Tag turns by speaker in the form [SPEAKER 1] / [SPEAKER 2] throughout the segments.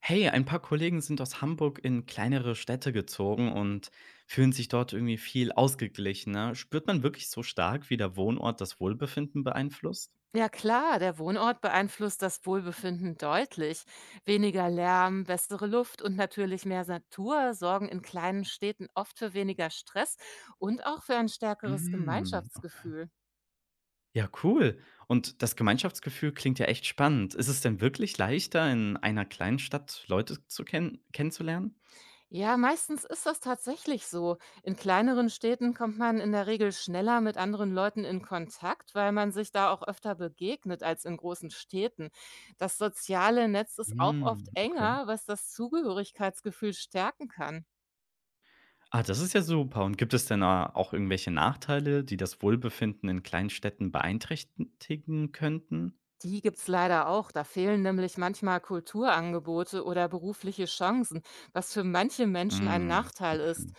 [SPEAKER 1] Hey, ein paar Kollegen sind aus Hamburg in kleinere Städte gezogen und fühlen sich dort irgendwie viel ausgeglichener. Spürt man wirklich so stark, wie der Wohnort das Wohlbefinden beeinflusst?
[SPEAKER 2] Ja klar, der Wohnort beeinflusst das Wohlbefinden deutlich. Weniger Lärm, bessere Luft und natürlich mehr Natur sorgen in kleinen Städten oft für weniger Stress und auch für ein stärkeres
[SPEAKER 1] Mm, okay.
[SPEAKER 2] Gemeinschaftsgefühl.
[SPEAKER 1] Ja, cool. Und das Gemeinschaftsgefühl klingt ja echt spannend. Ist es denn wirklich leichter, in einer kleinen Stadt Leute zu kennenzulernen?
[SPEAKER 2] Ja, meistens ist das tatsächlich so. In kleineren Städten kommt man in der Regel schneller mit anderen Leuten in Kontakt, weil man sich da auch öfter begegnet als in großen Städten. Das soziale Netz ist auch oft
[SPEAKER 1] Mm, okay.
[SPEAKER 2] enger, was das Zugehörigkeitsgefühl stärken kann.
[SPEAKER 1] Ah, das ist ja super. Und gibt es denn da auch irgendwelche Nachteile, die das Wohlbefinden in Kleinstädten beeinträchtigen könnten?
[SPEAKER 2] Die gibt's leider auch. Da fehlen nämlich manchmal Kulturangebote oder berufliche Chancen, was für manche Menschen ein
[SPEAKER 1] Mm,
[SPEAKER 2] Nachteil
[SPEAKER 1] okay.
[SPEAKER 2] ist.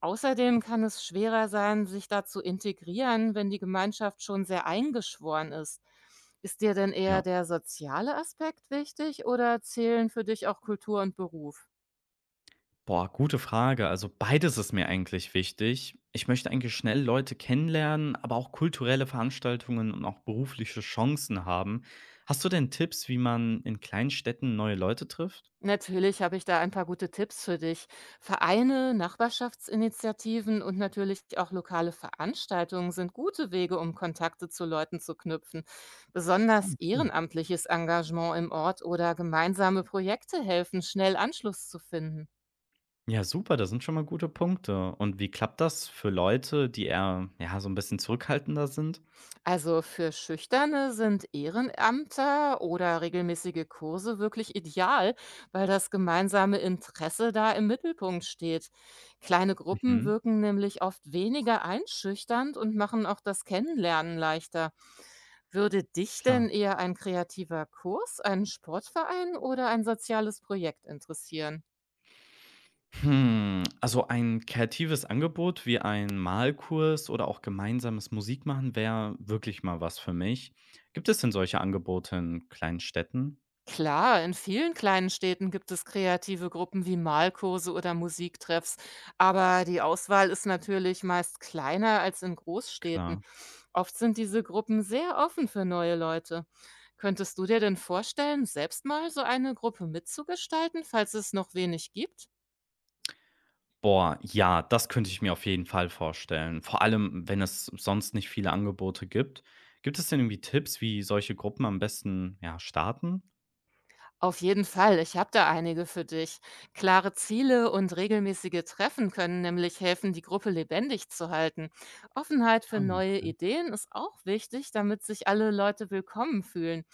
[SPEAKER 2] Außerdem kann es schwerer sein, sich da zu integrieren, wenn die Gemeinschaft schon sehr eingeschworen ist. Ist dir denn
[SPEAKER 1] Ja.
[SPEAKER 2] eher der soziale Aspekt wichtig oder zählen für dich auch Kultur und Beruf?
[SPEAKER 1] Boah, gute Frage. Also beides ist mir eigentlich wichtig. Ich möchte eigentlich schnell Leute kennenlernen, aber auch kulturelle Veranstaltungen und auch berufliche Chancen haben. Hast du denn Tipps, wie man in kleinen Städten neue Leute trifft?
[SPEAKER 2] Natürlich habe ich da ein paar gute Tipps für dich. Vereine, Nachbarschaftsinitiativen und natürlich auch lokale Veranstaltungen sind gute Wege, um Kontakte zu Leuten zu knüpfen.
[SPEAKER 1] Ah,
[SPEAKER 2] Besonders
[SPEAKER 1] cool.
[SPEAKER 2] ehrenamtliches Engagement im Ort oder gemeinsame Projekte helfen, schnell Anschluss zu finden.
[SPEAKER 1] Ja, super, das sind schon mal gute Punkte. Und wie klappt das für Leute, die eher ja so ein bisschen zurückhaltender sind?
[SPEAKER 2] Also für Schüchterne sind Ehrenämter oder regelmäßige Kurse wirklich ideal, weil das gemeinsame Interesse da im Mittelpunkt steht. Kleine Gruppen
[SPEAKER 1] Mhm,
[SPEAKER 2] wirken nämlich oft weniger einschüchternd und machen auch das Kennenlernen leichter. Würde dich
[SPEAKER 1] klar.
[SPEAKER 2] denn eher ein kreativer Kurs, ein Sportverein oder ein soziales Projekt interessieren?
[SPEAKER 1] Hm, also ein kreatives Angebot wie ein Malkurs oder auch gemeinsames Musikmachen wäre wirklich mal was für mich. Gibt es denn solche Angebote in kleinen Städten?
[SPEAKER 2] Klar, in vielen kleinen Städten gibt es kreative Gruppen wie Malkurse oder Musiktreffs, aber die Auswahl ist natürlich meist kleiner als in Großstädten.
[SPEAKER 1] Klar.
[SPEAKER 2] Oft sind diese Gruppen sehr offen für neue Leute. Könntest du dir denn vorstellen, selbst mal so eine Gruppe mitzugestalten, falls es noch wenig gibt?
[SPEAKER 1] Boah, ja, das könnte ich mir auf jeden Fall vorstellen. Vor allem, wenn es sonst nicht viele Angebote gibt. Gibt es denn irgendwie Tipps, wie solche Gruppen am besten ja, starten?
[SPEAKER 2] Auf jeden Fall, ich habe da einige für dich. Klare Ziele und regelmäßige Treffen können nämlich helfen, die Gruppe lebendig zu halten. Offenheit für
[SPEAKER 1] Ah,
[SPEAKER 2] neue
[SPEAKER 1] okay.
[SPEAKER 2] Ideen ist auch wichtig, damit sich alle Leute willkommen fühlen.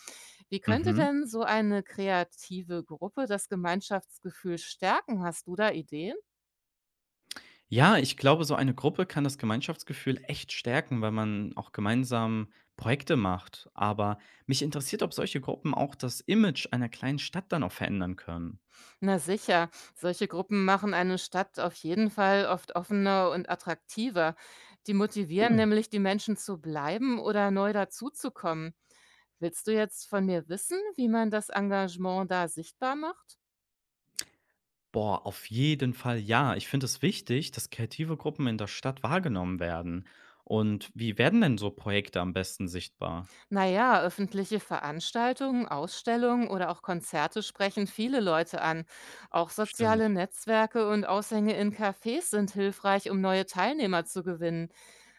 [SPEAKER 2] Wie könnte
[SPEAKER 1] Mhm.
[SPEAKER 2] denn so eine kreative Gruppe das Gemeinschaftsgefühl stärken? Hast du da Ideen?
[SPEAKER 1] Ja, ich glaube, so eine Gruppe kann das Gemeinschaftsgefühl echt stärken, weil man auch gemeinsam Projekte macht. Aber mich interessiert, ob solche Gruppen auch das Image einer kleinen Stadt dann auch verändern können.
[SPEAKER 2] Na sicher, solche Gruppen machen eine Stadt auf jeden Fall oft offener und attraktiver. Die motivieren
[SPEAKER 1] Cool.
[SPEAKER 2] nämlich die Menschen zu bleiben oder neu dazuzukommen. Willst du jetzt von mir wissen, wie man das Engagement da sichtbar macht?
[SPEAKER 1] Boah, auf jeden Fall ja. Ich finde es wichtig, dass kreative Gruppen in der Stadt wahrgenommen werden. Und wie werden denn so Projekte am besten sichtbar?
[SPEAKER 2] Naja, öffentliche Veranstaltungen, Ausstellungen oder auch Konzerte sprechen viele Leute an. Auch soziale
[SPEAKER 1] Stimmt.
[SPEAKER 2] Netzwerke und Aushänge in Cafés sind hilfreich, um neue Teilnehmer zu gewinnen.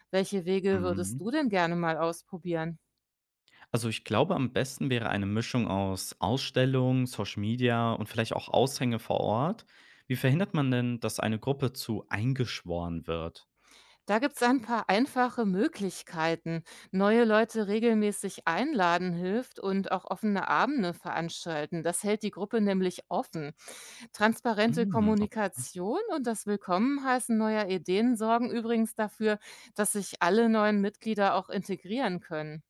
[SPEAKER 2] Welche Wege würdest
[SPEAKER 1] Mhm.
[SPEAKER 2] du denn gerne mal ausprobieren?
[SPEAKER 1] Also ich glaube, am besten wäre eine Mischung aus Ausstellung, Social Media und vielleicht auch Aushänge vor Ort. Wie verhindert man denn, dass eine Gruppe zu eingeschworen wird?
[SPEAKER 2] Da gibt es ein paar einfache Möglichkeiten. Neue Leute regelmäßig einladen hilft und auch offene Abende veranstalten. Das hält die Gruppe nämlich offen. Transparente
[SPEAKER 1] Mm, okay.
[SPEAKER 2] Kommunikation und das Willkommenheißen neuer Ideen sorgen übrigens dafür, dass sich alle neuen Mitglieder auch integrieren können.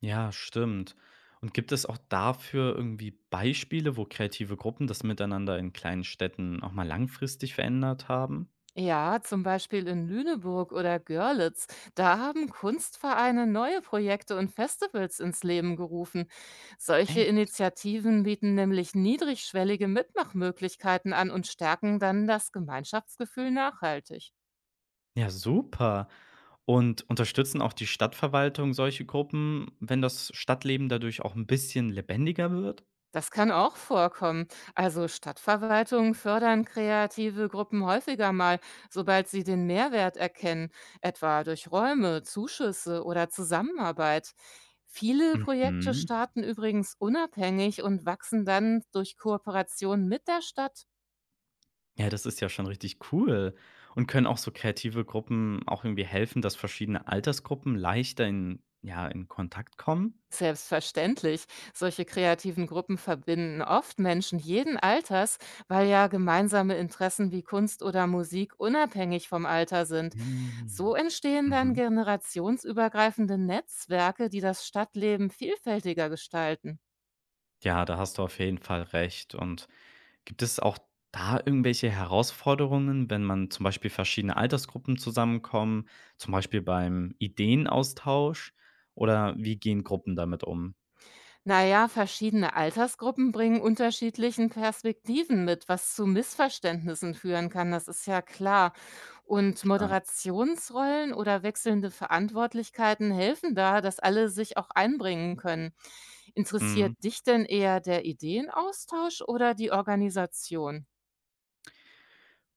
[SPEAKER 1] Ja, stimmt. Und gibt es auch dafür irgendwie Beispiele, wo kreative Gruppen das Miteinander in kleinen Städten auch mal langfristig verändert haben?
[SPEAKER 2] Ja, zum Beispiel in Lüneburg oder Görlitz. Da haben Kunstvereine neue Projekte und Festivals ins Leben gerufen. Solche
[SPEAKER 1] Echt?
[SPEAKER 2] Initiativen bieten nämlich niedrigschwellige Mitmachmöglichkeiten an und stärken dann das Gemeinschaftsgefühl nachhaltig.
[SPEAKER 1] Ja, super. Und unterstützen auch die Stadtverwaltung solche Gruppen, wenn das Stadtleben dadurch auch ein bisschen lebendiger wird?
[SPEAKER 2] Das kann auch vorkommen. Also Stadtverwaltungen fördern kreative Gruppen häufiger mal, sobald sie den Mehrwert erkennen, etwa durch Räume, Zuschüsse oder Zusammenarbeit. Viele Projekte
[SPEAKER 1] Mhm.
[SPEAKER 2] starten übrigens unabhängig und wachsen dann durch Kooperation mit der Stadt.
[SPEAKER 1] Ja, das ist ja schon richtig cool. Und können auch so kreative Gruppen auch irgendwie helfen, dass verschiedene Altersgruppen leichter in ja, in Kontakt kommen?
[SPEAKER 2] Selbstverständlich. Solche kreativen Gruppen verbinden oft Menschen jeden Alters, weil ja gemeinsame Interessen wie Kunst oder Musik unabhängig vom Alter sind. So
[SPEAKER 1] Hm.
[SPEAKER 2] entstehen dann
[SPEAKER 1] Mhm.
[SPEAKER 2] generationsübergreifende Netzwerke, die das Stadtleben vielfältiger gestalten.
[SPEAKER 1] Ja, da hast du auf jeden Fall recht. Und gibt es auch da irgendwelche Herausforderungen, wenn man zum Beispiel verschiedene Altersgruppen zusammenkommen, zum Beispiel beim Ideenaustausch? Oder wie gehen Gruppen damit um?
[SPEAKER 2] Naja, verschiedene Altersgruppen bringen unterschiedlichen Perspektiven mit, was zu Missverständnissen führen kann, das ist ja klar. Und
[SPEAKER 1] Klar.
[SPEAKER 2] Moderationsrollen oder wechselnde Verantwortlichkeiten helfen da, dass alle sich auch einbringen können.
[SPEAKER 1] Mhm.
[SPEAKER 2] Interessiert dich denn eher der Ideenaustausch oder die Organisation?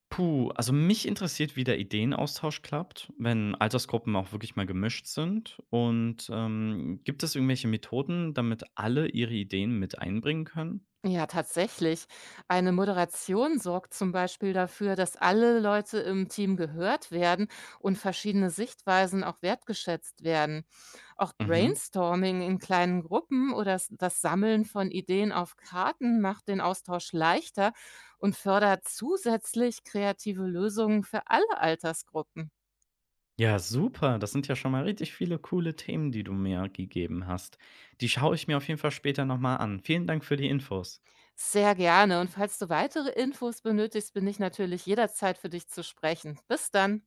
[SPEAKER 1] Puh, also mich interessiert, wie der Ideenaustausch klappt, wenn Altersgruppen auch wirklich mal gemischt sind. Und gibt es irgendwelche Methoden, damit alle ihre Ideen mit einbringen können?
[SPEAKER 2] Ja, tatsächlich. Eine Moderation sorgt zum Beispiel dafür, dass alle Leute im Team gehört werden und verschiedene Sichtweisen auch wertgeschätzt werden. Auch
[SPEAKER 1] Mhm.
[SPEAKER 2] Brainstorming in kleinen Gruppen oder das Sammeln von Ideen auf Karten macht den Austausch leichter und fördert zusätzlich kreative Lösungen für alle Altersgruppen.
[SPEAKER 1] Ja, super. Das sind ja schon mal richtig viele coole Themen, die du mir gegeben hast. Die schaue ich mir auf jeden Fall später nochmal an. Vielen Dank für die Infos.
[SPEAKER 2] Sehr gerne. Und falls du weitere Infos benötigst, bin ich natürlich jederzeit für dich zu sprechen. Bis dann.